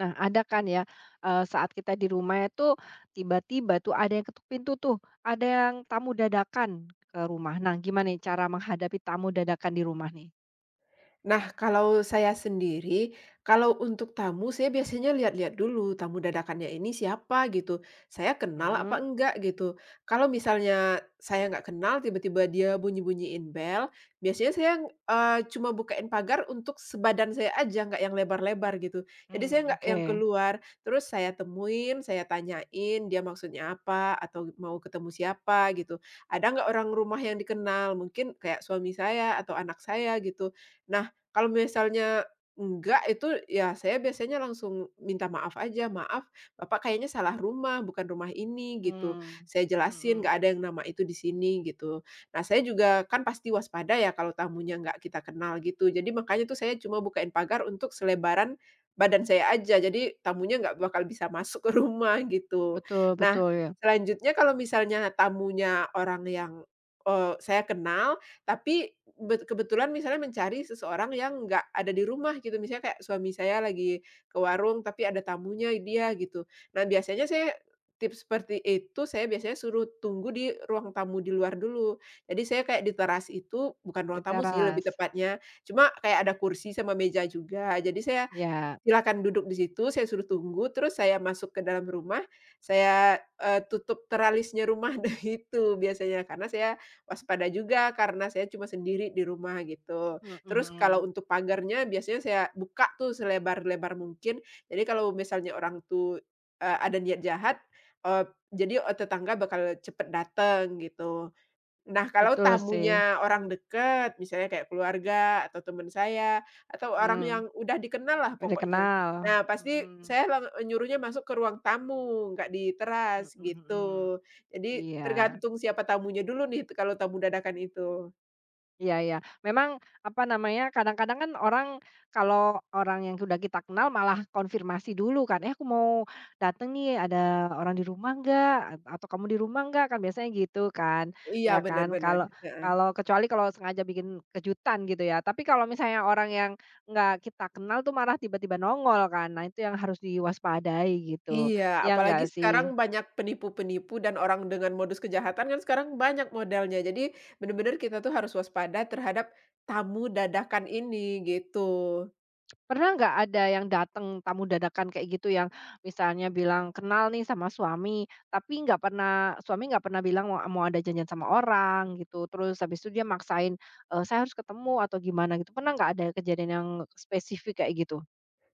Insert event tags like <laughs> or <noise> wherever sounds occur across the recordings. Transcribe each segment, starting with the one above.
Nah, ada kan ya, saat kita di rumah itu tiba-tiba tuh ada yang ketuk pintu tuh, ada yang tamu dadakan ke rumah. Nah, gimana nih cara menghadapi tamu dadakan di rumah nih? Nah, kalau saya sendiri, kalau untuk tamu saya biasanya lihat-lihat dulu tamu dadakannya ini siapa gitu. Saya kenal apa Mhm. enggak gitu. Kalau misalnya saya nggak kenal tiba-tiba dia bunyi-bunyiin bel, biasanya saya, cuma bukain pagar untuk sebadan saya aja, nggak yang lebar-lebar gitu. Jadi saya Mmm, nggak oke. yang keluar, terus saya temuin, saya tanyain dia maksudnya apa, atau mau ketemu siapa gitu. Ada nggak orang rumah yang dikenal, mungkin kayak suami saya atau anak saya gitu. Nah, kalau misalnya enggak itu ya saya biasanya langsung minta maaf aja, "Maaf, Bapak kayaknya salah rumah, bukan rumah ini," gitu. Mmm. Saya jelasin, Mhm. "Nggak ada yang nama itu di sini," gitu. Nah, saya juga kan pasti waspada ya kalau tamunya nggak kita kenal gitu. Jadi makanya tuh saya cuma bukain pagar untuk selebaran badan saya aja, jadi tamunya nggak bakal bisa masuk ke rumah gitu. Betul, Nah, betul ya. selanjutnya kalau misalnya tamunya orang yang, saya kenal tapi kebetulan misalnya mencari seseorang yang nggak ada di rumah gitu, misalnya kayak suami saya lagi ke warung tapi ada tamunya dia gitu. Nah, biasanya saya tips seperti itu saya biasanya suruh tunggu di ruang tamu di luar dulu. Jadi saya kayak di teras itu bukan Di ruang tamu sih lebih teras, tepatnya, cuma kayak ada kursi sama meja juga. Jadi saya ya. silakan duduk di situ, saya suruh tunggu, terus saya masuk ke dalam rumah, saya, tutup teralisnya rumah <laughs> dah itu biasanya, karena saya waspada juga, karena saya cuma sendiri di rumah gitu. Mhm, Terus kalau mhm. untuk pagarnya biasanya saya buka tuh selebar-lebar mungkin, jadi kalau misalnya orang tuh, ada niat jahat, jadi, tetangga bakal cepet dateng gitu. Nah, kalau Betul sih. tamunya orang dekat, misalnya kayak keluarga atau teman saya, atau orang yang Mhm. udah dikenal lah Udah pokoknya. kenal. Nah, pasti Mhm. saya nyuruhnya masuk ke ruang tamu, nggak di Mhm, teras, mhm. gitu. Jadi Iya. tergantung siapa tamunya dulu nih, kalau tamu dadakan itu. Iya, iya. Memang, apa namanya, kadang-kadang kan orang kalau orang yang sudah kita kenal malah konfirmasi dulu kan, "Eh, aku mau datang nih, ada orang di rumah nggak? Atau kamu di rumah nggak?" Kan biasanya gitu kan, Iya, ya kan. benar-benar Kalau heeh. kalau kecuali kalau sengaja bikin kejutan gitu ya. Tapi kalau misalnya orang yang nggak kita kenal tuh marah tiba-tiba nongol kan, nah itu yang harus diwaspadai gitu, Iya, ya apalagi nggak sih? sekarang banyak penipu-penipu dan orang dengan modus kejahatan kan sekarang banyak modelnya. Jadi benar-benar kita tuh harus waspada terhadap tamu dadakan ini, gitu. Pernah nggak ada yang datang tamu dadakan kayak gitu yang misalnya bilang kenal nih sama suami, tapi nggak pernah suami nggak pernah bilang mau mau ada janjian sama orang gitu, terus habis itu dia maksain, "Saya harus ketemu," atau gimana gitu, pernah nggak ada kejadian yang spesifik kayak gitu?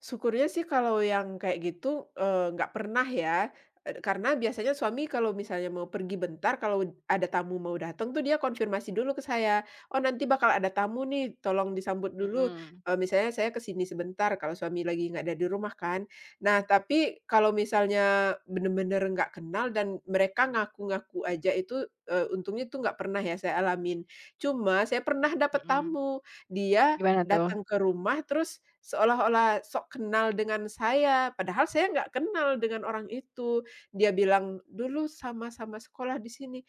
Syukurnya sih kalau yang kayak gitu, nggak pernah ya, karena biasanya suami kalau misalnya mau pergi bentar, kalau ada tamu mau datang tuh dia konfirmasi dulu ke saya, "Oh nanti bakal ada tamu nih, tolong disambut dulu," Mhm, misalnya saya ke sini sebentar kalau suami lagi nggak ada di rumah kan. Nah tapi kalau misalnya bener-bener nggak kenal dan mereka ngaku-ngaku aja itu, untungnya itu nggak pernah ya saya alamin. Cuma saya pernah dapet mhm. tamu, dia Gimana tuh? datang ke rumah terus seolah-olah sok kenal dengan saya, padahal saya nggak kenal dengan orang itu. Dia bilang, "Dulu sama-sama sekolah di sini."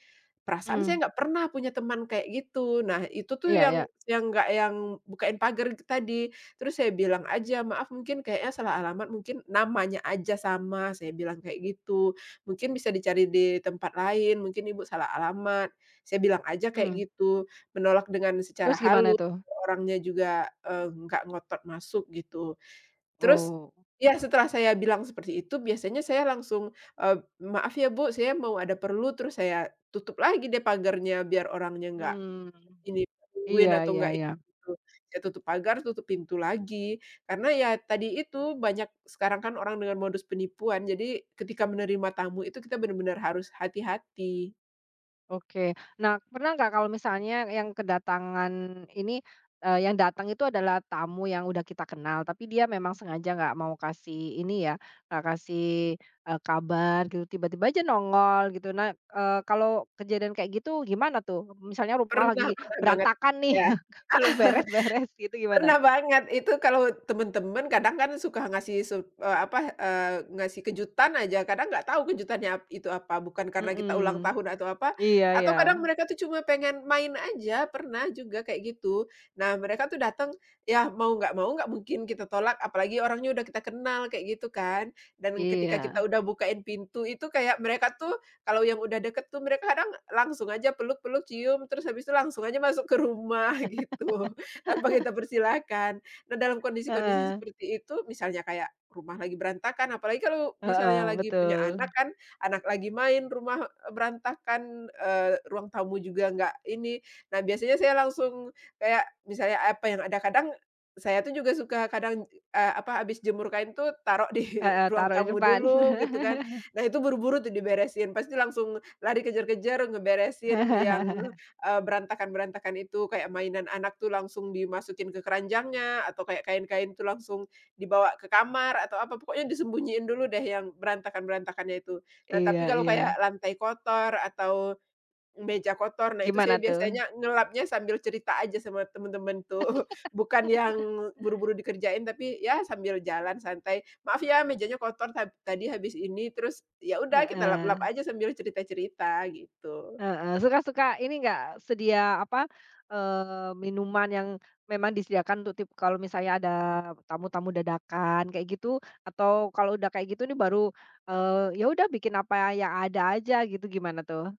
Perasaan Mmm. saya nggak pernah punya teman kayak gitu. Nah, itu tuh Iya, iya. yang nggak yang bukain pagar tadi. Terus saya bilang aja, "Maaf mungkin kayaknya salah alamat, mungkin namanya aja sama," saya bilang kayak gitu. "Mungkin bisa dicari di tempat lain, mungkin Ibu salah alamat." Saya bilang aja kayak Mhm. gitu, menolak dengan secara Terus gimana halus tuh? orangnya juga, nggak ngotot masuk gitu. Terus Oh. ya setelah saya bilang seperti itu biasanya saya langsung, eee, "Maaf ya Bu, saya mau ada perlu," terus saya tutup lagi deh pagarnya biar orangnya nggak Mmm. ini, nungguin Iya, atau iya, nggak ini iya. gitu. Saya tutup pagar, tutup pintu lagi. Karena ya tadi itu banyak sekarang kan orang dengan modus penipuan, jadi ketika menerima tamu itu kita benar-benar harus hati-hati. Oke. Nah, pernah nggak kalau misalnya yang kedatangan ini, yang datang itu adalah tamu yang udah kita kenal, tapi dia memang sengaja nggak mau kasih ini ya, nggak kasih, kabar gitu, tiba-tiba aja nongol gitu. Nah, kalau kejadian kayak gitu gimana tuh? Misalnya rumah Pernah lagi pernah banget, berantakan nih, iya. <laughs> belum beres-beres gitu gimana? Pernah banget, itu kalau temen-temen kadang kan suka ngasih apa, ngasih kejutan aja, kadang nggak tahu kejutannya itu apa, bukan karena kita ulang Mhm. tahun atau apa, Iya, atau iya. kadang mereka tuh cuma pengen main aja, pernah juga kayak gitu. Nah, mereka tuh datang, ya mau nggak mungkin kita tolak, apalagi orangnya udah kita kenal, kayak gitu kan. Dan ketika kita Iya. udah bukain pintu itu kayak mereka tuh kalau yang udah deket tuh mereka kadang langsung aja peluk-peluk, cium, terus habis itu langsung aja masuk ke rumah, <laughs> gitu. Tanpa <laughs> kita persilahkan. Nah, dalam kondisi-kondisi Heeh. seperti itu, misalnya kayak rumah lagi berantakan, apalagi kalau misalnya Heeh, lagi punya anak betul. kan, anak lagi main, rumah berantakan, ruang tamu juga nggak ini. Nah, biasanya saya langsung kayak misalnya apa yang ada, kadang saya tuh juga suka kadang, apa, habis jemur kain tuh taruh di <laughs> Heeh, ruang taruh di tamu depan. dulu gitu kan. <laughs> Nah, itu buru-buru tuh diberesin, pasti langsung lari kejar-kejar ngeberesin yang <laughs> berantakan-berantakan itu, kayak mainan anak tuh langsung dimasukin ke keranjangnya, atau kayak kain-kain tuh langsung dibawa ke kamar, atau apa, pokoknya disembunyiin dulu deh yang berantakan-berantakannya itu. Nah, tapi Iya, kalau iya. kayak lantai kotor atau meja kotor, nah itu saya Gimana tuh? biasanya ngelapnya sambil cerita aja sama temen-temen tuh, <laughs> bukan yang buru-buru dikerjain, tapi ya sambil jalan santai, "Maaf ya mejanya kotor tadi habis ini," terus ya udah kita lap-lap Heeh, aja sambil cerita-cerita, gitu. heeh. Suka-suka ini nggak sedia apa, minuman yang memang disediakan untuk tip kalau misalnya ada tamu-tamu dadakan kayak gitu? Atau kalau udah kayak gitu nih baru, eee, ya udah bikin apa yang ada aja gitu, gimana tuh?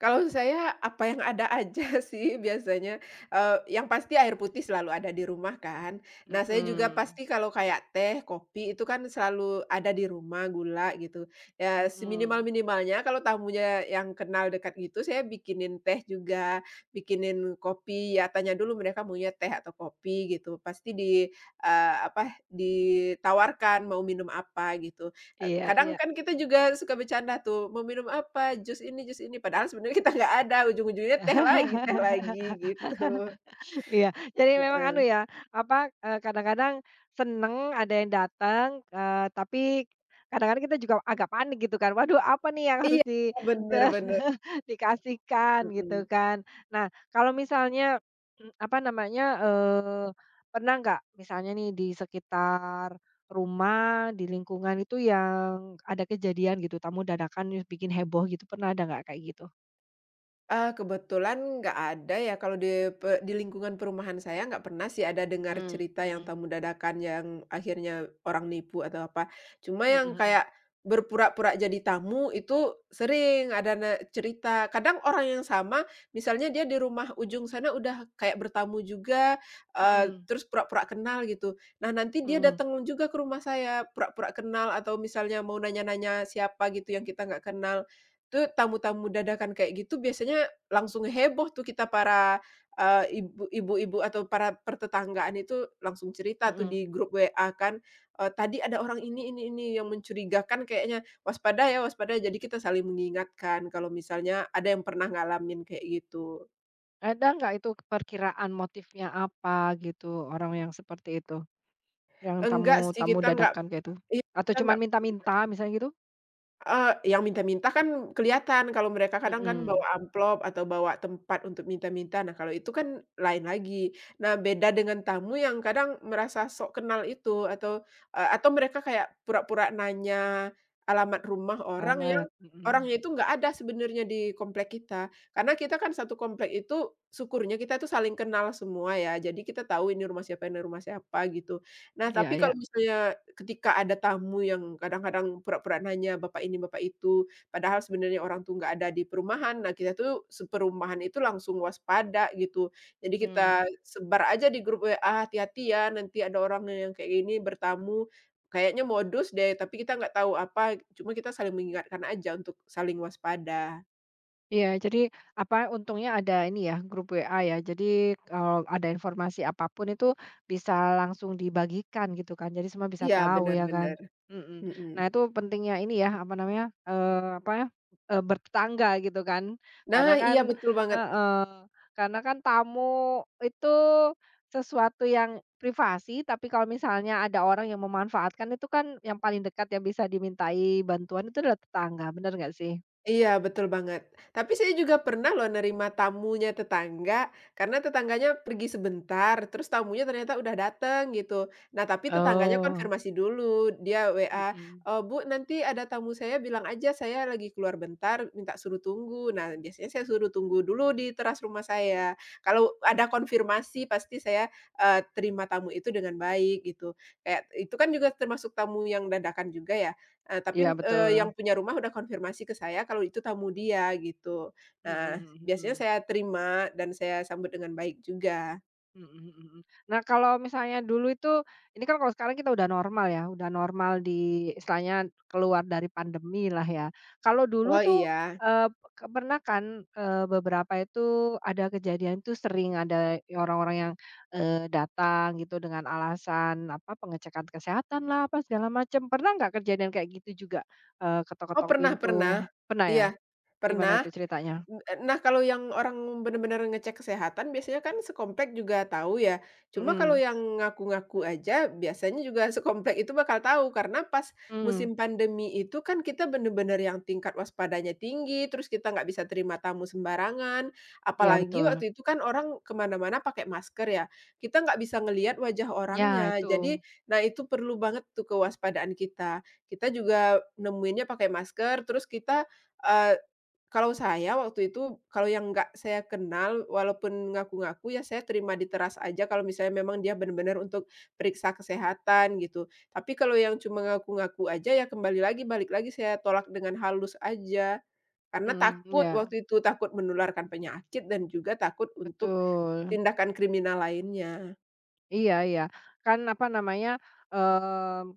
Kalau saya apa yang ada aja <laughs> sih biasanya, yang pasti air putih selalu ada di rumah kan. Nah, saya juga Mhm, pasti kalau kayak teh, kopi itu kan selalu ada di rumah, gula gitu. Ya mhm. seminimal-minimalnya kalau tamunya yang kenal dekat gitu, saya bikinin teh juga, bikinin kopi, ya tanya dulu mereka maunya teh atau kopi gitu. Pasti di apa, ditawarkan mau minum apa gitu. E Iya, kadang iya. kan kita juga suka bercanda tuh, "Mau minum apa? Jus ini jus ini." Padahal sebenarnya kita nggak ada, ujung-ujungnya teh lagi gitu, Iya, jadi memang heeh. anu ya, apa, kadang-kadang seneng ada yang datang, tapi kadang-kadang kita juga agak panik gitu kan, "Waduh apa nih yang harus Iya, di bener <laughs> bener, dikasihkan?" Gitu mhm. kan. Nah kalau misalnya, apa namanya, pernah nggak misalnya nih di sekitar rumah, di lingkungan itu yang ada kejadian gitu, tamu dadakan nih bikin heboh gitu, pernah ada nggak kayak gitu? Kebetulan nggak ada ya, kalau di di lingkungan perumahan saya nggak pernah sih ada dengar Mmm. cerita yang Mhm. tamu dadakan yang akhirnya orang nipu atau apa. Cuma Mhm, yang mhm. kayak berpura-pura jadi tamu itu sering ada cerita. Kadang orang yang sama, misalnya dia di rumah ujung sana udah kayak bertamu juga, Mhm, terus pura-pura kenal gitu. Nah, nanti dia mhm, datang juga ke rumah saya, pura-pura kenal atau misalnya mau nanya-nanya siapa gitu yang kita nggak kenal. Tuh tamu-tamu dadakan kayak gitu biasanya langsung heboh tuh kita para, ibu-ibu atau para pertetanggaan itu langsung cerita tuh mhm. di grup WA kan, "Tadi ada orang ini yang mencurigakan kayaknya, waspada ya waspada." Jadi kita saling mengingatkan kalau misalnya ada yang pernah ngalamin kayak gitu. Ada nggak itu perkiraan motifnya apa gitu, orang yang seperti itu? Yang Enggak sih tamu-tamu kita enggak dadakan kayak itu? iya, Atau kita cuman enggak minta-minta misalnya gitu? Yang minta-minta kan kelihatan kalau mereka kadang kan bawa Mhm. amplop atau bawa tempat untuk minta-minta. Nah, kalau itu kan lain lagi. Nah, beda dengan tamu yang kadang merasa sok kenal itu atau, atau mereka kayak pura-pura nanya alamat rumah orang yang Alamat, mhm. orangnya itu nggak ada sebenarnya di komplek kita. Karena kita kan satu komplek itu syukurnya kita tuh saling kenal semua ya, jadi kita tahu ini rumah siapa gitu. Nah, Iya, tapi iya. kalau misalnya ketika ada tamu yang kadang-kadang pura-pura nanya, "Bapak ini, bapak itu," padahal sebenarnya orang tuh nggak ada di perumahan. Nah, kita tuh seperumahan itu langsung waspada gitu. Jadi Mmm. kita sebar aja di grup WA, "Hati-hati ya, nanti ada orang yang kayak gini bertamu." Kayaknya modus deh, tapi kita nggak tahu apa, cuma kita saling mengingatkan aja untuk saling waspada. Iya, jadi apa, untungnya ada ini ya, grup WA ya. Jadi kalau ada informasi apapun itu bisa langsung dibagikan gitu kan. Jadi semua bisa Iya, tahu benar ya kan. benar, Mhm. mhm. Nah, itu pentingnya ini ya, apa namanya, apa ya, bertetangga gitu kan. Nah, Karena kan iya betul banget. heeh, karena kan tamu itu sesuatu yang privasi, tapi kalau misalnya ada orang yang memanfaatkan itu kan yang paling dekat yang bisa dimintai bantuan itu adalah tetangga, bener nggak sih? Iya, betul banget. Tapi saya juga pernah loh nerima tamunya tetangga, karena tetangganya pergi sebentar, terus tamunya ternyata udah dateng gitu. Nah, tapi tetangganya Oh. konfirmasi dulu, dia WA, Mhm, "Eee, Bu, nanti ada tamu saya bilang aja saya lagi keluar bentar, minta suruh tunggu." Nah, biasanya saya suruh tunggu dulu di teras rumah saya. Kalau ada konfirmasi pasti saya, terima tamu itu dengan baik gitu. Kayak itu kan juga termasuk tamu yang dadakan juga ya. Tapi, iya betul. yang punya rumah udah konfirmasi ke saya kalau itu tamu dia gitu. Nah, Mhm, biasanya mhm, saya terima dan saya sambut dengan baik juga. mhm. Mhm, mhm. Nah kalau misalnya dulu itu, ini kan kalau sekarang kita udah normal ya, udah normal di istilahnya keluar dari pandemi lah ya. Kalau dulu Oh tuh, iya. eee, ke pernah kan, beberapa itu ada kejadian tuh sering ada orang-orang yang, datang gitu dengan alasan apa, pengecekan kesehatan lah, apa segala macam. Pernah nggak kejadian kayak gitu juga? Oh Ketok-ketok pernah pintu, pernah. pernah ya? Iya, Gimana pernah tuh ceritanya? nah kalau yang orang benar-benar ngecek kesehatan biasanya kan sekomplek juga tahu ya. Cuma kalau Mhm. yang ngaku-ngaku aja biasanya juga <laughs> sekomplek itu bakal tahu karena pas Mmm. musim pandemi itu kan kita benar-benar yang tingkat waspadanya tinggi, terus kita nggak bisa terima tamu sembarangan, Iya apalagi betul. waktu itu kan orang kemana-mana pakai masker ya. Kita nggak bisa ngelihat wajah Ya orangnya. itu, Jadi, nah itu perlu banget tuh kewaspadaan kita. Kita juga nemuinnya pakai masker, terus kita, eh, kalau saya waktu itu, kalau yang nggak saya kenal, walaupun ngaku-ngaku, ya saya terima di teras aja kalau misalnya memang dia benar-benar untuk periksa kesehatan gitu. Tapi kalau yang cuma ngaku-ngaku aja, ya kembali lagi, balik lagi saya tolak dengan halus aja. Karena mhm, takut iya waktu itu, takut menularkan penyakit dan juga takut untuk betul. tindakan kriminal lainnya. Iya, iya. Kan apa namanya, mmm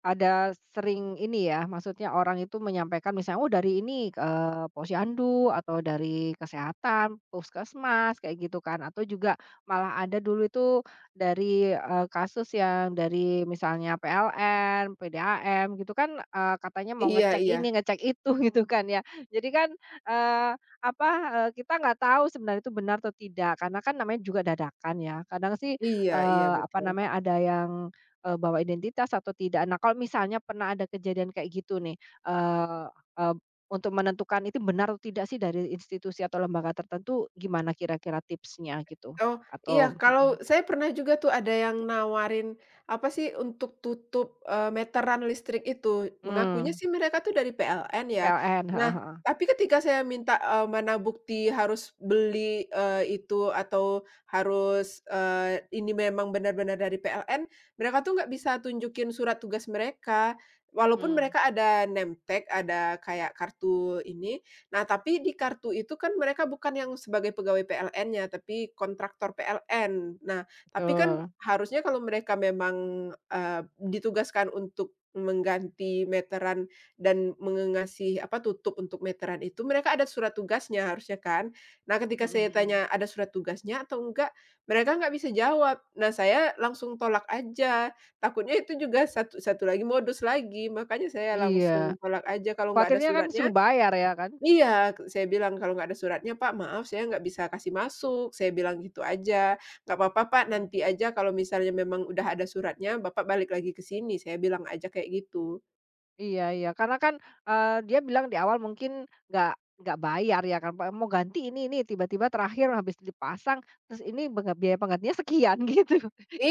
ada sering ini ya, maksudnya orang itu menyampaikan misalnya, "Oh dari ini, Posyandu atau dari kesehatan, puskesmas," kayak gitu kan. Atau juga malah ada dulu itu dari, kasus yang dari misalnya PLN, PDAM gitu kan, katanya mau Iya ngecek iya. ini, ngecek itu <laughs> gitu kan ya. Jadi kan, eee, apa, kita nggak tahu sebenarnya itu benar atau tidak, karena kan namanya juga dadakan ya. Kadang sih, Iya iya, apa betul. namanya, ada yang bawa identitas atau tidak. Nah, kalau misalnya pernah ada kejadian kayak gitu nih, eee eee, untuk menentukan itu benar atau tidak sih dari institusi atau lembaga tertentu, gimana kira-kira tipsnya gitu? Oh, iya, Atau mhm. kalau saya pernah juga tuh ada yang nawarin, apa sih, untuk tutup, meteran listrik itu. Mengakunya Mmm. sih mereka tuh dari PLN ya. PLN, heeh, Nah, heeh. tapi ketika saya minta, mana bukti harus beli, itu atau harus, ini memang benar-benar dari PLN, mereka tuh nggak bisa tunjukin surat tugas mereka. Walaupun Mmm, mereka ada name tag, ada kayak kartu ini, nah, tapi di kartu itu kan mereka bukan yang sebagai pegawai PLN-nya, tapi kontraktor PLN. Nah, tapi kan betul. harusnya kalau mereka memang, ditugaskan untuk mengganti meteran dan mengasih apa, tutup untuk meteran itu, mereka ada surat tugasnya harusnya kan. Nah, ketika Mhm, saya mhm. tanya ada surat tugasnya atau enggak, mereka nggak bisa jawab. Nah, saya langsung tolak aja, takutnya itu juga satu satu lagi modus lagi, makanya saya Iya, langsung tolak aja, kalau nggak ada khawatirnya kan suratnya suruh bayar ya kan? iya, saya bilang, "Kalau nggak ada suratnya, Pak, maaf saya nggak bisa kasih masuk." Saya bilang gitu aja. "Nggak apa-apa, Pak, nanti Mhm. aja kalau misalnya memang udah ada suratnya, Bapak balik lagi ke sini." Saya bilang aja kayak gitu. Iya, iya, karena kan, dia bilang di awal mungkin nggak bayar ya kan, Pak, mau ganti ini, tiba-tiba terakhir habis dipasang, terus ini bega biaya penggantinya sekian <laughs> gitu,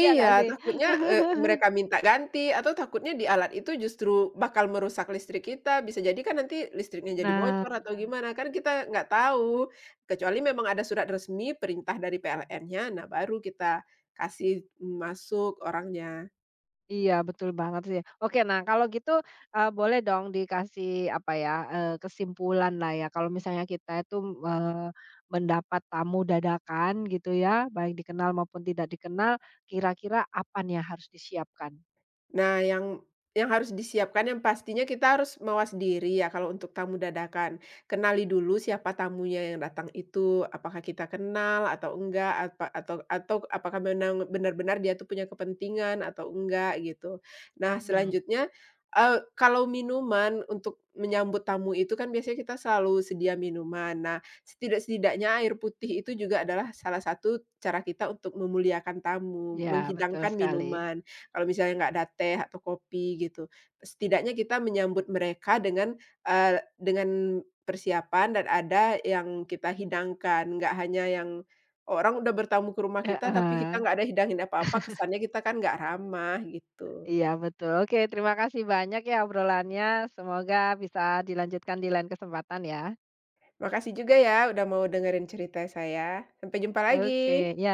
iya nggak sih? takutnya, <laughs> mereka minta ganti atau takutnya di alat itu justru bakal merusak listrik kita. Bisa jadi kan nanti listriknya jadi Nah, bocor atau gimana, kan kita nggak tahu. Kecuali memang ada surat resmi, perintah dari PLN-nya, nah baru kita kasih masuk orangnya. iya betul banget sih. Oke, nah kalau gitu, boleh dong dikasih apa ya, kesimpulan lah ya kalau misalnya kita itu, eee, mendapat tamu dadakan gitu ya, baik dikenal maupun tidak dikenal, kira-kira apa nih yang harus disiapkan? Nah, yang harus disiapkan yang pastinya kita harus mawas diri ya kalau untuk tamu dadakan. Kenali dulu siapa tamunya yang datang itu, apakah kita kenal atau enggak, apa atau apakah benar-benar dia tuh punya kepentingan atau enggak gitu. Nah, Mhm. selanjutnya, kalau minuman untuk menyambut tamu itu kan biasanya kita selalu sedia minuman. Nah, setidak-setidaknya air putih itu juga adalah salah satu cara kita untuk memuliakan tamu, Ya, betul menghidangkan sekali. minuman. Kalau misalnya nggak ada teh atau kopi gitu. Setidaknya kita menyambut mereka dengan, dengan persiapan dan ada yang kita hidangkan, nggak hanya yang orang udah bertamu ke rumah kita tapi kita Heeh, nggak ada hidangin apa-apa, kesannya kita kan nggak ramah gitu. iya betul. Oke, terima kasih banyak ya obrolannya. Semoga bisa dilanjutkan di lain kesempatan ya. Makasih juga ya udah mau dengerin cerita saya. Sampai jumpa lagi. Oke, ya.